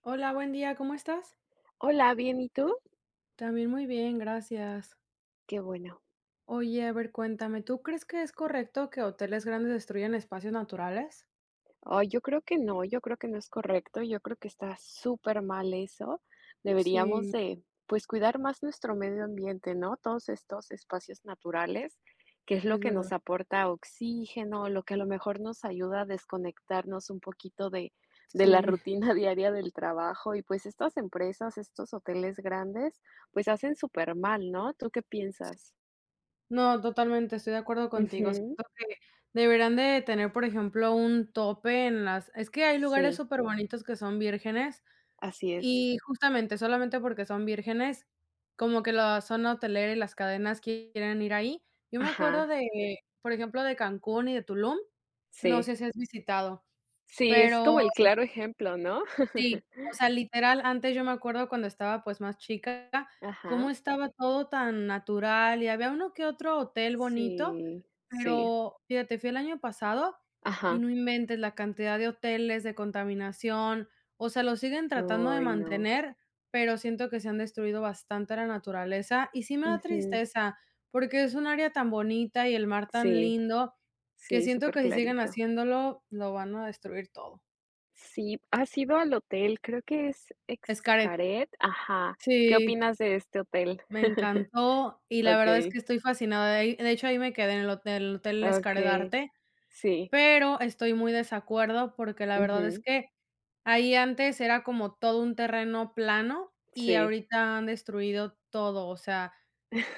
Hola, buen día, ¿cómo estás? Hola, bien, ¿y tú? También muy bien, gracias. Qué bueno. Oye, a ver, cuéntame, ¿tú crees que es correcto que hoteles grandes destruyan espacios naturales? Ay, yo creo que no, yo creo que no es correcto, yo creo que está súper mal eso. Deberíamos Sí, de, pues, cuidar más nuestro medio ambiente, ¿no? Todos estos espacios naturales, que es lo es que verdad. nos aporta oxígeno, lo que a lo mejor nos ayuda a desconectarnos un poquito de la Sí, rutina diaria del trabajo. Y, pues, estas empresas, estos hoteles grandes, pues, hacen súper mal, ¿no? ¿Tú qué sí. piensas? No, totalmente, estoy de acuerdo contigo. Ujú. Siento que deberían de tener, por ejemplo, un tope en las... Es que hay lugares Sí, súper bonitos que son vírgenes. así es. Y justamente, solamente porque son vírgenes, como que la zona hotelera y las cadenas quieren ir ahí. Yo me acuerdo Ajá. Por ejemplo, de Cancún y de Tulum, no Sí, sé si has visitado, sí, es pero como el claro ejemplo, ¿no? sí, o sea, literal, antes yo me acuerdo cuando estaba, pues, más chica, Ajá, cómo estaba todo tan natural, y había uno que otro hotel bonito, sí, sí, pero fíjate, fui el año pasado y ajá. no inventes la cantidad de hoteles, de contaminación, o sea, lo siguen tratando de Ay, no. mantener, pero siento que se han destruido bastante la naturaleza, y sí me da Ujú. tristeza, porque es un área tan bonita y el mar tan Sí, lindo, que sí, siento súper que si siguen clarito. haciéndolo, lo van a destruir todo. Sí, ¿has ido al hotel? Creo que es Xcaret. Xcaret, ajá. ¿Qué Sí. opinas de este hotel? Me encantó y la verdad es Okey, que estoy fascinada. De ahí de hecho, ahí me quedé en el Hotel Xcaret, okey, sí, pero estoy muy desacuerdo porque la verdad es ujú, que ahí antes era como todo un terreno plano y sí. ahorita han destruido todo, o sea,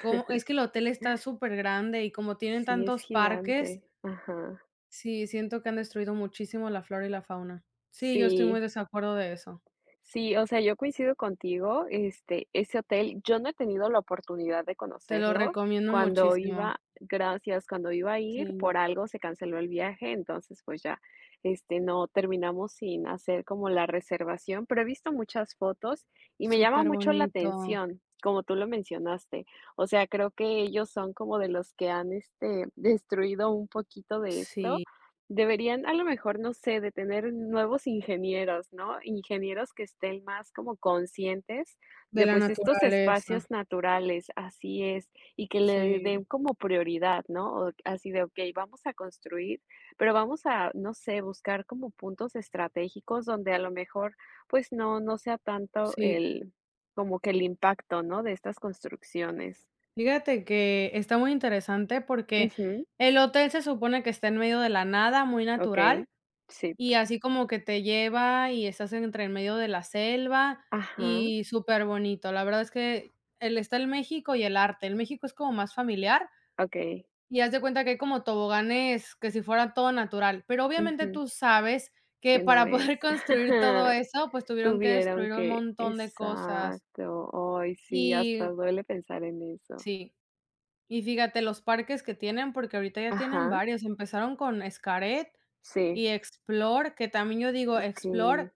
como es que el hotel está súper grande y como tienen Sí, es tantos parques, gigante, ajá, sí, siento que han destruido muchísimo la flora y la fauna. Sí, yo estoy muy sí. desacuerdo de eso. Sí, o sea, yo coincido contigo, este, ese hotel, yo no he tenido la oportunidad de Te lo conocerlo. recomiendo Cuando muchísimo. iba, gracias, cuando iba a ir, Sí, por algo se canceló el viaje, entonces pues ya, este, no terminamos sin hacer como la reservación, pero he visto muchas fotos y me llama súper mucho la bonito. atención, como tú lo mencionaste. O sea, creo que ellos son como de los que han, este, destruido un poquito de esto. Sí. Deberían, a lo mejor, no sé, de tener nuevos ingenieros, ¿no? Ingenieros que estén más como conscientes De de, la pues, estos espacios naturaleza, naturales, así es, y que le den sí, como prioridad, ¿no? O así de, okey, vamos a construir, pero vamos a, no sé, buscar como puntos estratégicos donde a lo mejor, pues, no sea tanto sí. el como que el impacto, ¿no?, de estas construcciones. Fíjate que está muy interesante porque Ujú, el hotel se supone que está en medio de la nada, muy natural, okey. Sí. y así como que te lleva y estás entre en medio de la selva Ajá, y súper bonito. La verdad es que el México y el arte. El México es como más familiar okey. y haz de cuenta que hay como toboganes que si fuera todo natural, pero obviamente Ujú. tú sabes que Que no para es. poder construir todo eso, pues tuvieron que Tuvieron destruir un que montón de cosas. exacto. Hoy sí, Y hasta duele pensar en eso. sí, y fíjate los parques que tienen, porque ahorita ya tienen Ajá, varios, empezaron con Xcaret y sí, Explore, que también yo digo, okey, Explore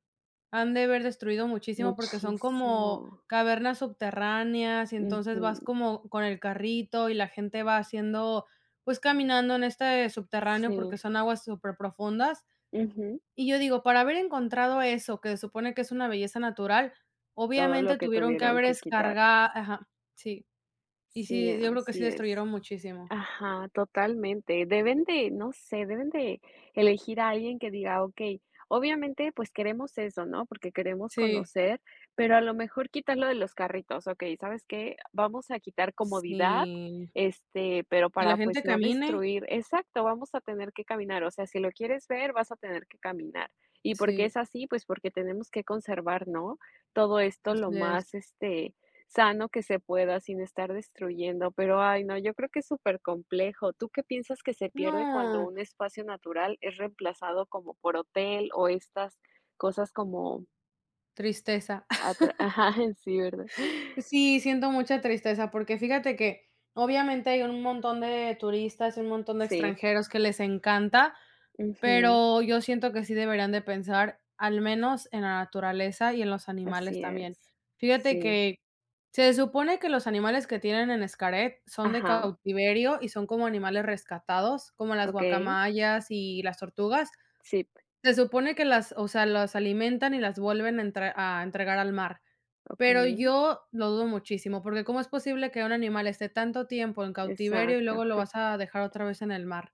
han de haber destruido muchísimo porque son como muchísimo. cavernas subterráneas, y entonces Ujú, vas como con el carrito y la gente va haciendo, pues, caminando en este subterráneo porque sí, son aguas súper profundas. ujú, Y yo digo, para haber encontrado eso, que se supone que es una belleza natural, todo lo obviamente que tuvieron que tuvieron haber que quitar. descargado, ajá, sí. Y Sí, sí, yo creo que sí así es. destruyeron muchísimo. Ajá, totalmente. Deben de, no sé, deben de elegir a alguien que diga, okey, obviamente, pues queremos eso, ¿no? Porque queremos Sí. conocer, pero a lo mejor quitarlo de los carritos, okey, ¿sabes qué? Vamos a quitar comodidad, Sí, este, pero que para, la pues, gente no camine. destruir exacto, vamos a tener que caminar, o sea, si lo quieres ver, vas a tener que caminar. ¿Y por qué Sí. es así? Pues porque tenemos que conservar, ¿no? Todo esto lo Así es. más, este, sano que se pueda sin estar destruyendo, pero, ay, no, yo creo que es súper complejo. ¿Tú qué piensas que se pierde cuando No, un espacio natural es reemplazado como por hotel o estas cosas como tristeza. atra ajá, sí, ¿verdad? Sí, siento mucha tristeza, porque fíjate que obviamente hay un montón de turistas y un montón de Sí, extranjeros que les encanta, ujú, pero yo siento que sí deberían de pensar al menos en la naturaleza y en los animales así también. es. Fíjate Sí, que se supone que los animales que tienen en Xcaret son de ajá, cautiverio y son como animales rescatados, como las okey, guacamayas y las tortugas. sí, Se supone que las, o sea, las alimentan y las vuelven a a entregar al mar. Pero okey, yo lo dudo muchísimo, porque ¿cómo es posible que un animal esté tanto tiempo en cautiverio y exacto. luego lo vas a dejar otra vez en el mar?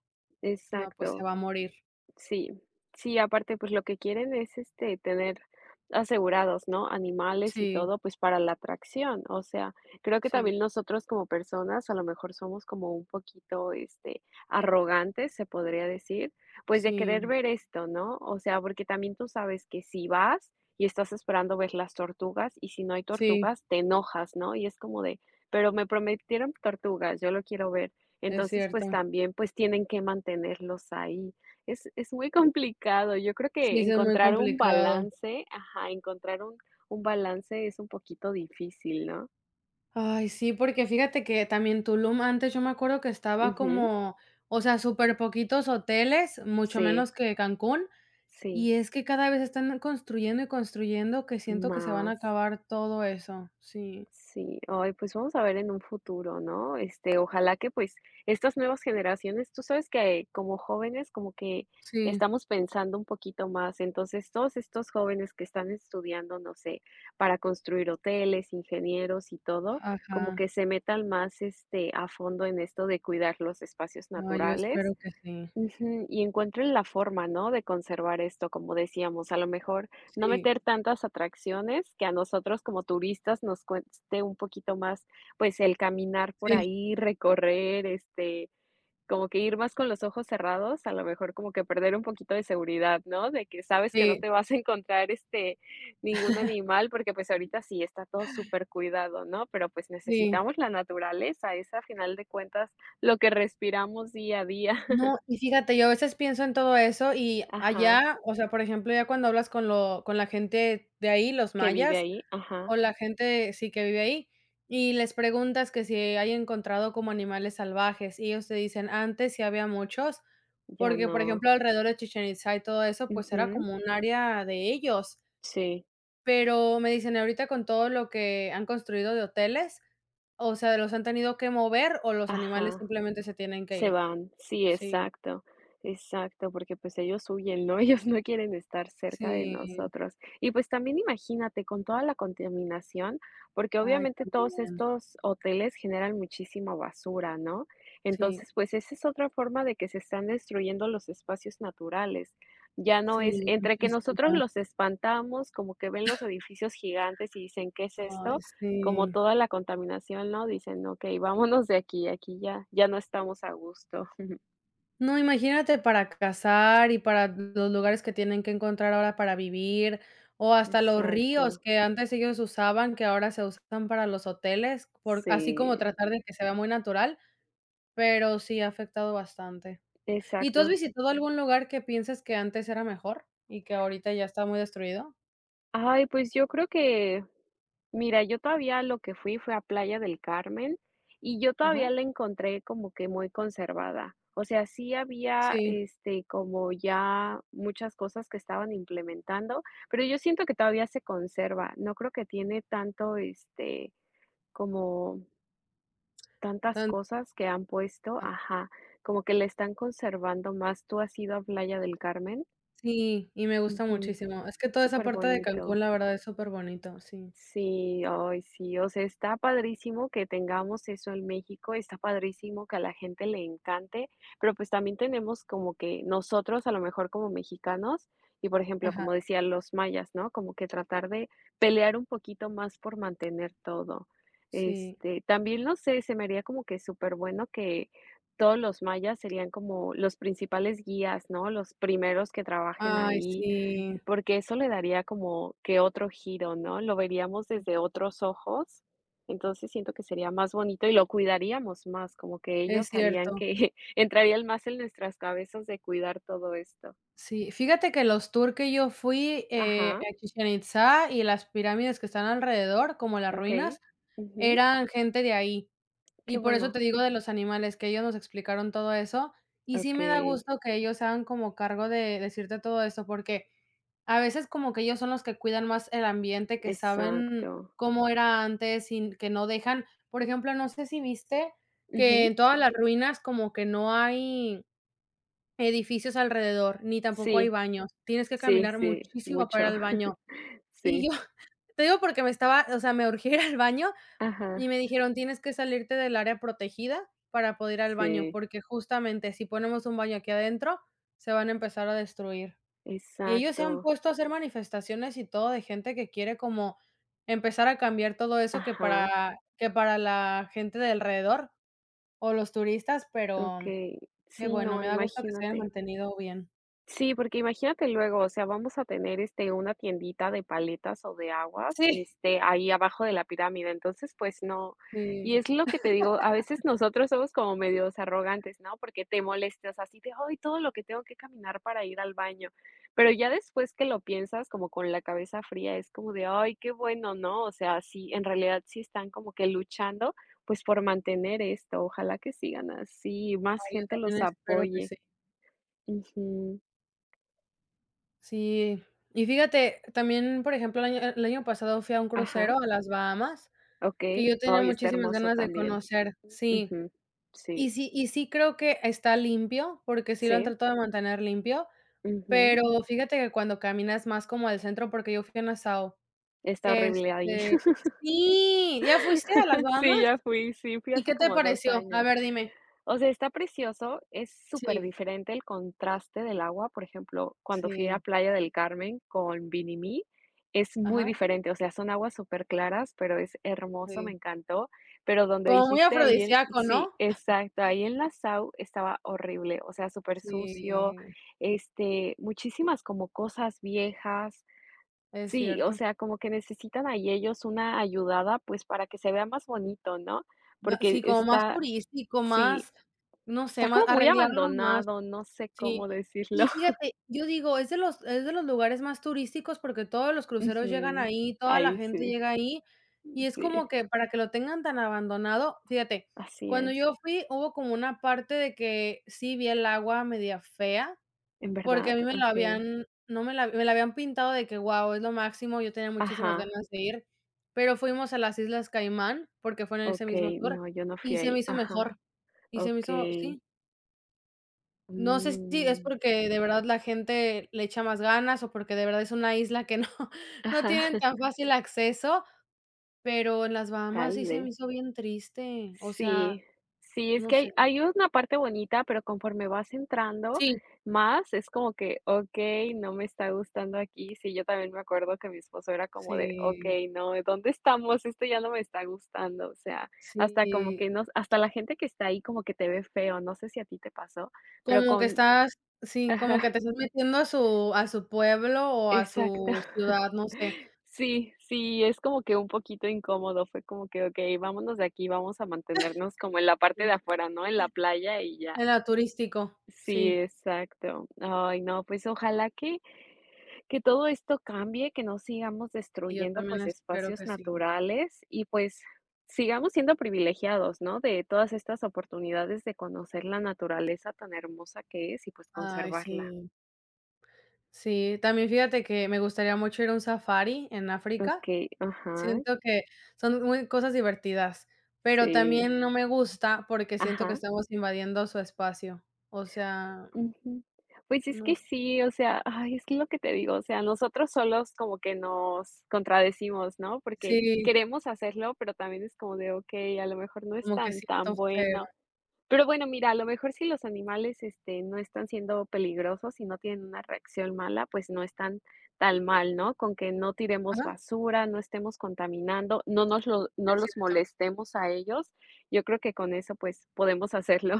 No, pues se Exacto. va a morir. Sí, sí, aparte, pues, lo que quieren es, este, tener asegurados, ¿no?, animales y Sí, todo, pues, para la atracción. O sea, creo que también sí, nosotros como personas, a lo mejor somos como un poquito, este, arrogantes, se podría decir, pues, de sí, querer ver esto, ¿no? O sea, porque también tú sabes que si vas y estás esperando ver las tortugas, y si no hay sí, tortugas, te enojas, ¿no? Y es como de: "Pero me prometieron tortugas, yo lo quiero ver". es Entonces, pues cierto. también, pues tienen que mantenerlos ahí. Es muy complicado. Yo creo que Sí, sí es muy encontrar un complicado. balance ajá, encontrar un balance es un poquito difícil, ¿no? Ay, sí, porque fíjate que también Tulum antes yo me acuerdo que estaba Ujú. como, o sea, súper poquitos hoteles, mucho Sí, menos que Cancún, sí, y es que cada vez están construyendo y construyendo que siento que se van a más. acabar todo eso. Sí, Sí, ay, pues vamos a ver en un futuro, ¿no? Este, ojalá que pues estas nuevas generaciones, tú sabes que como jóvenes como que sí, estamos pensando un poquito más, entonces todos estos jóvenes que están estudiando, no sé, para construir hoteles, ingenieros y todo, como ajá. que se metan más este a fondo en esto de cuidar los espacios Ay, yo naturales. espero que sí. Ujú, y encuentren la forma, ¿no?, de conservar esto, como decíamos, a lo mejor no Sí, meter tantas atracciones que a nosotros como turistas nos cueste un poquito más, pues, el caminar por sí, ahí, recorrer, este, como que ir más con los ojos cerrados, a lo mejor como que perder un poquito de seguridad, ¿no?, de que sabes que no sí, te vas a encontrar, este, ningún animal, porque, pues, ahorita sí está todo súper cuidado, ¿no?, pero, pues, sí. necesitamos la naturaleza, es a final de cuentas lo que respiramos día a día. No, y fíjate, yo a veces pienso en todo eso y Ajá. allá, o sea, por ejemplo, ya cuando hablas con lo con la gente de ahí, los Que vive mayas, ahí, ajá, o la gente, sí, que vive ahí, y les preguntas que si hay encontrado como animales salvajes, y ellos te dicen: "Antes sí había muchos", ya porque, por no. ejemplo, alrededor de Chichen Itzá y todo eso, pues era Ujú, como un área de ellos, sí, pero me dicen: "Ahorita con todo lo que han construido de hoteles, o sea, ¿los han tenido que mover o los animales ajá, simplemente se tienen que se ir?". van, sí, Sí, exacto, exacto, porque pues ellos huyen, ¿no? Ellos no quieren estar cerca de sí. nosotros. Y pues también imagínate con toda la contaminación, porque Ay, obviamente todos también. estos hoteles generan muchísima basura, ¿no? Sí, Entonces, pues esa es otra forma de que se están destruyendo los espacios naturales. Ya no es sí, entre que muchísimo. nosotros los espantamos, como que ven los edificios gigantes y dicen, ¿qué es Ay, esto? Como sí. toda la contaminación, ¿no? Dicen: "Okey, vámonos de aquí, aquí ya no estamos a gusto". No, imagínate para cazar y para los lugares que tienen que encontrar ahora para vivir, o hasta los Exacto. ríos que antes ellos usaban, que ahora se usan para los hoteles, por así como Sí, tratar de que se vea muy natural, pero sí ha afectado bastante. ¿Y tú has exacto. visitado algún lugar que pienses que antes era mejor y que ahorita ya está muy destruido? Ay, pues yo creo que, mira, yo todavía lo que fui fue a Playa del Carmen, y yo todavía Ajá, la encontré como que muy conservada. O sea, sí había, sí, este, como ya muchas cosas que estaban implementando, pero yo siento que todavía se conserva. No creo que tiene tanto, este, como tantas tan cosas que han puesto, ah, ajá, como que le están conservando más. ¿Tú has ido a Playa del Carmen? sí, y me gusta Ujú, muchísimo. Es que toda esa súper parte de Cancún, bonito. la verdad, es súper bonito sí. Sí, ay, sí, o sea, está padrísimo que tengamos eso en México, está padrísimo que a la gente le encante, pero pues también tenemos como que nosotros, a lo mejor como mexicanos, y por ejemplo, Ajá, como decían los mayas, ¿no? Como que tratar de pelear un poquito más por mantener todo. sí. Este, también no sé, se me haría como que súper bueno que todos los mayas serían como los principales guías, ¿no? Los primeros que trabajen Ay, ahí sí, porque eso le daría como que otro giro, ¿no? Lo veríamos desde otros ojos, entonces siento que sería más bonito y lo cuidaríamos más, como que es ellos harían cierto. que entrarían más en nuestras cabezas de cuidar todo esto. Sí, fíjate que los tours que yo fui, Ajá, a Chichén Itzá y las pirámides que están alrededor, como las okey. ruinas, Ujú. eran gente de ahí. Qué Y por eso bueno. te digo de los animales, que ellos nos explicaron todo eso, y sí me da Okey, gusto que ellos se hagan como cargo de decirte todo esto, porque a veces como que ellos son los que cuidan más el ambiente, que saben exacto. cómo era antes y que no dejan, por ejemplo, no sé si viste que Ujú. en todas las ruinas como que no hay edificios alrededor, ni tampoco hay Sí, baños. Tienes que sí, caminar sí, muchísimo para mucho. ir al baño. Y Sí. yo te digo porque me estaba, o sea, me urgía ir al baño y Ajá. me dijeron: "Tienes que salirte del área protegida para poder ir al baño, Sí, porque justamente si ponemos un baño aquí adentro, se van a empezar a destruir". Y ellos se han exacto. puesto a hacer manifestaciones y todo de gente que quiere como empezar a cambiar todo eso Ajá, que para la gente de alrededor o los turistas, pero okey. qué Sí, bueno, no, me da gusto que se hayan imagínate. mantenido bien. Sí, porque imagínate luego, o sea, vamos a tener, este, una tiendita de paletas o de aguas, Sí. este, ahí abajo de la pirámide. Entonces, pues no. Y Sí, es lo que te digo, a veces nosotros somos como medios arrogantes, ¿no? Porque te molestas así de, ay, todo lo que tengo que caminar para ir al baño. Pero ya después que lo piensas, como con la cabeza fría, es como de, ay, qué bueno, ¿no? O sea, sí, en realidad sí están como que luchando, pues por mantener esto. Ojalá que sigan así, más ay, yo gente también los espero que apoye. sí. Ujú. Sí, y fíjate, también, por ejemplo, el año pasado fui a un Ajá. crucero a las Bahamas, que Okey. yo tenía Ay, está muchísimas hermoso ganas de también. conocer. Sí, Ujú. y Sí, sí creo que está limpio, porque sí lo han sí. tratado de mantener limpio. Ujú. Pero fíjate que cuando caminas más como al centro, porque yo fui a Nassau, Está horrible ahí. este sí, ¿ya fuiste a las Sí, Bahamas? ya fui, sí, fui ¿Y hace qué te como 2 pareció? A años. ver, dime. O sea, está precioso, es súper Sí, diferente el contraste del agua, por ejemplo, cuando fui a sí, Playa del Carmen con Vinimí, es muy ajá, diferente, o sea, son aguas súper claras pero es hermoso, me sí. encantó, pero donde Como muy dijiste ahí el afrodisíaco, sí, ¿no? exacto, ahí en la Sau estaba horrible, o sea, súper sucio Sí, este, muchísimas como cosas viejas. es Sí, o cierto. sea, como que necesitan ahí ellos una ayudada, pues, para que se vea más bonito, ¿no? Ma Porque sí, como más está turístico, sí, más, no sé, estás más como muy arreglarlo más. abandonado, no sé Sí. cómo decirlo. Y fíjate, yo digo, es de los lugares más turísticos porque todos los cruceros llegan Ujú. ahí, toda la Ahí gente sí, llega ahí, y es como sí, que para que lo tengan tan abandonado, fíjate, así cuando es. yo fui hubo como una parte de que sí vi el agua media fea, ¿En porque verdad? a mí me lo Okey. habían no me la me la habían pintado de que, wow, es lo máximo, yo tenía muchísimas Ajá, ganas de ir, pero fuimos a las Islas Caimán, porque fue en ese okey, mismo tour, no, yo no fui y se ahí. me hizo Ajá, mejor, y se me hizo okey. sí. No sé si es Mm, porque de verdad la gente le echa más ganas o porque de verdad es una isla que no no ajá, tienen tan fácil acceso, pero en las Bahamas tal sí se me vez. hizo bien triste, o sea, Sí, sí, es no que hay sé. hay una parte bonita, pero conforme vas entrando Sí, más, es como que, okey, no me está gustando aquí. Sí, yo también me acuerdo que mi esposo era como de: sí, "Okey, no, ¿dónde estamos? Esto ya no me está gustando". O sea, hasta como que sí, no, hasta la gente que está ahí como que te ve feo, no sé si a ti te pasó, pero como que con estás sí, como que te estás metiendo a su pueblo o a Exacto. su ciudad, no sé, Sí, sí, es como que un poquito incómodo, fue como que: "Okey, vámonos de aquí, vamos a mantenernos como en la parte de afuera, ¿no?, en la playa y ya". en la turístico, Sí, sí, exacto. Ay, no, pues ojalá que todo esto cambie, que no sigamos y yo destruyendo, también pues, espero espacios que sí. naturales y, pues, sigamos siendo privilegiados, ¿no?, de todas estas oportunidades de conocer la naturaleza tan hermosa que es y, pues, Ay, conservarla. sí, sí, también fíjate que me gustaría mucho ir a un safari en África. Okey, ajá, Siento que son muy cosas divertidas, pero sí, también no me gusta porque siento que ajá. estamos invadiendo su espacio. O sea, Ujú. Pues es que no sé. sí, o sea, ay, es que lo que te digo, o sea, nosotros solos como que nos contradecimos, ¿no? Porque Sí, queremos hacerlo, pero también es como de, okey, a lo mejor no es como que tan tan siento feo. bueno. Pero bueno, mira, a lo mejor si los animales, este, no están siendo peligrosos y no tienen una reacción mala, pues no están tan mal, ¿no? Con que no tiremos Ajá, basura, no estemos contaminando, no nos lo no es los cierto. molestemos a ellos, yo creo que con eso, pues, podemos hacerlo.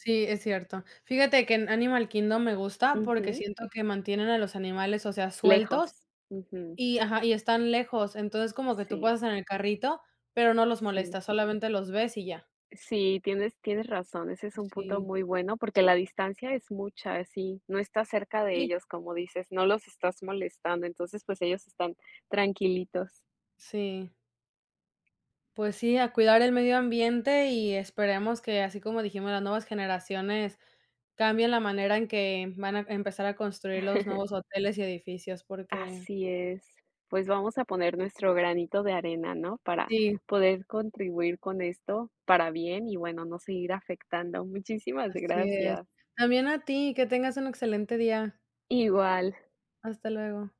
Sí, es cierto. Fíjate que en Animal Kingdom me gusta porque Ujú, siento que mantienen a los animales, o sea, sueltos lejos. Ujú. y ajá, y están lejos. Entonces, como que tú Sí, pasas en el carrito, pero no los sí. molestas, solamente los ves y ya. Sí, tienes razón, ese es un punto Sí, muy bueno, porque la distancia es mucha, sí, no estás cerca de sí, ellos, como dices, no los estás molestando, entonces, pues, ellos están tranquilitos. sí. Pues sí, a cuidar el medio ambiente y esperemos que, así como dijimos, las nuevas generaciones cambien la manera en que van a empezar a construir los nuevos hoteles y edificios, porque Así es. Pues, vamos a poner nuestro granito de arena, ¿no?, para sí, poder contribuir con esto para bien y, bueno, no seguir afectando. Muchísimas así es. gracias. También a ti, que tengas un excelente día. Igual. Hasta luego.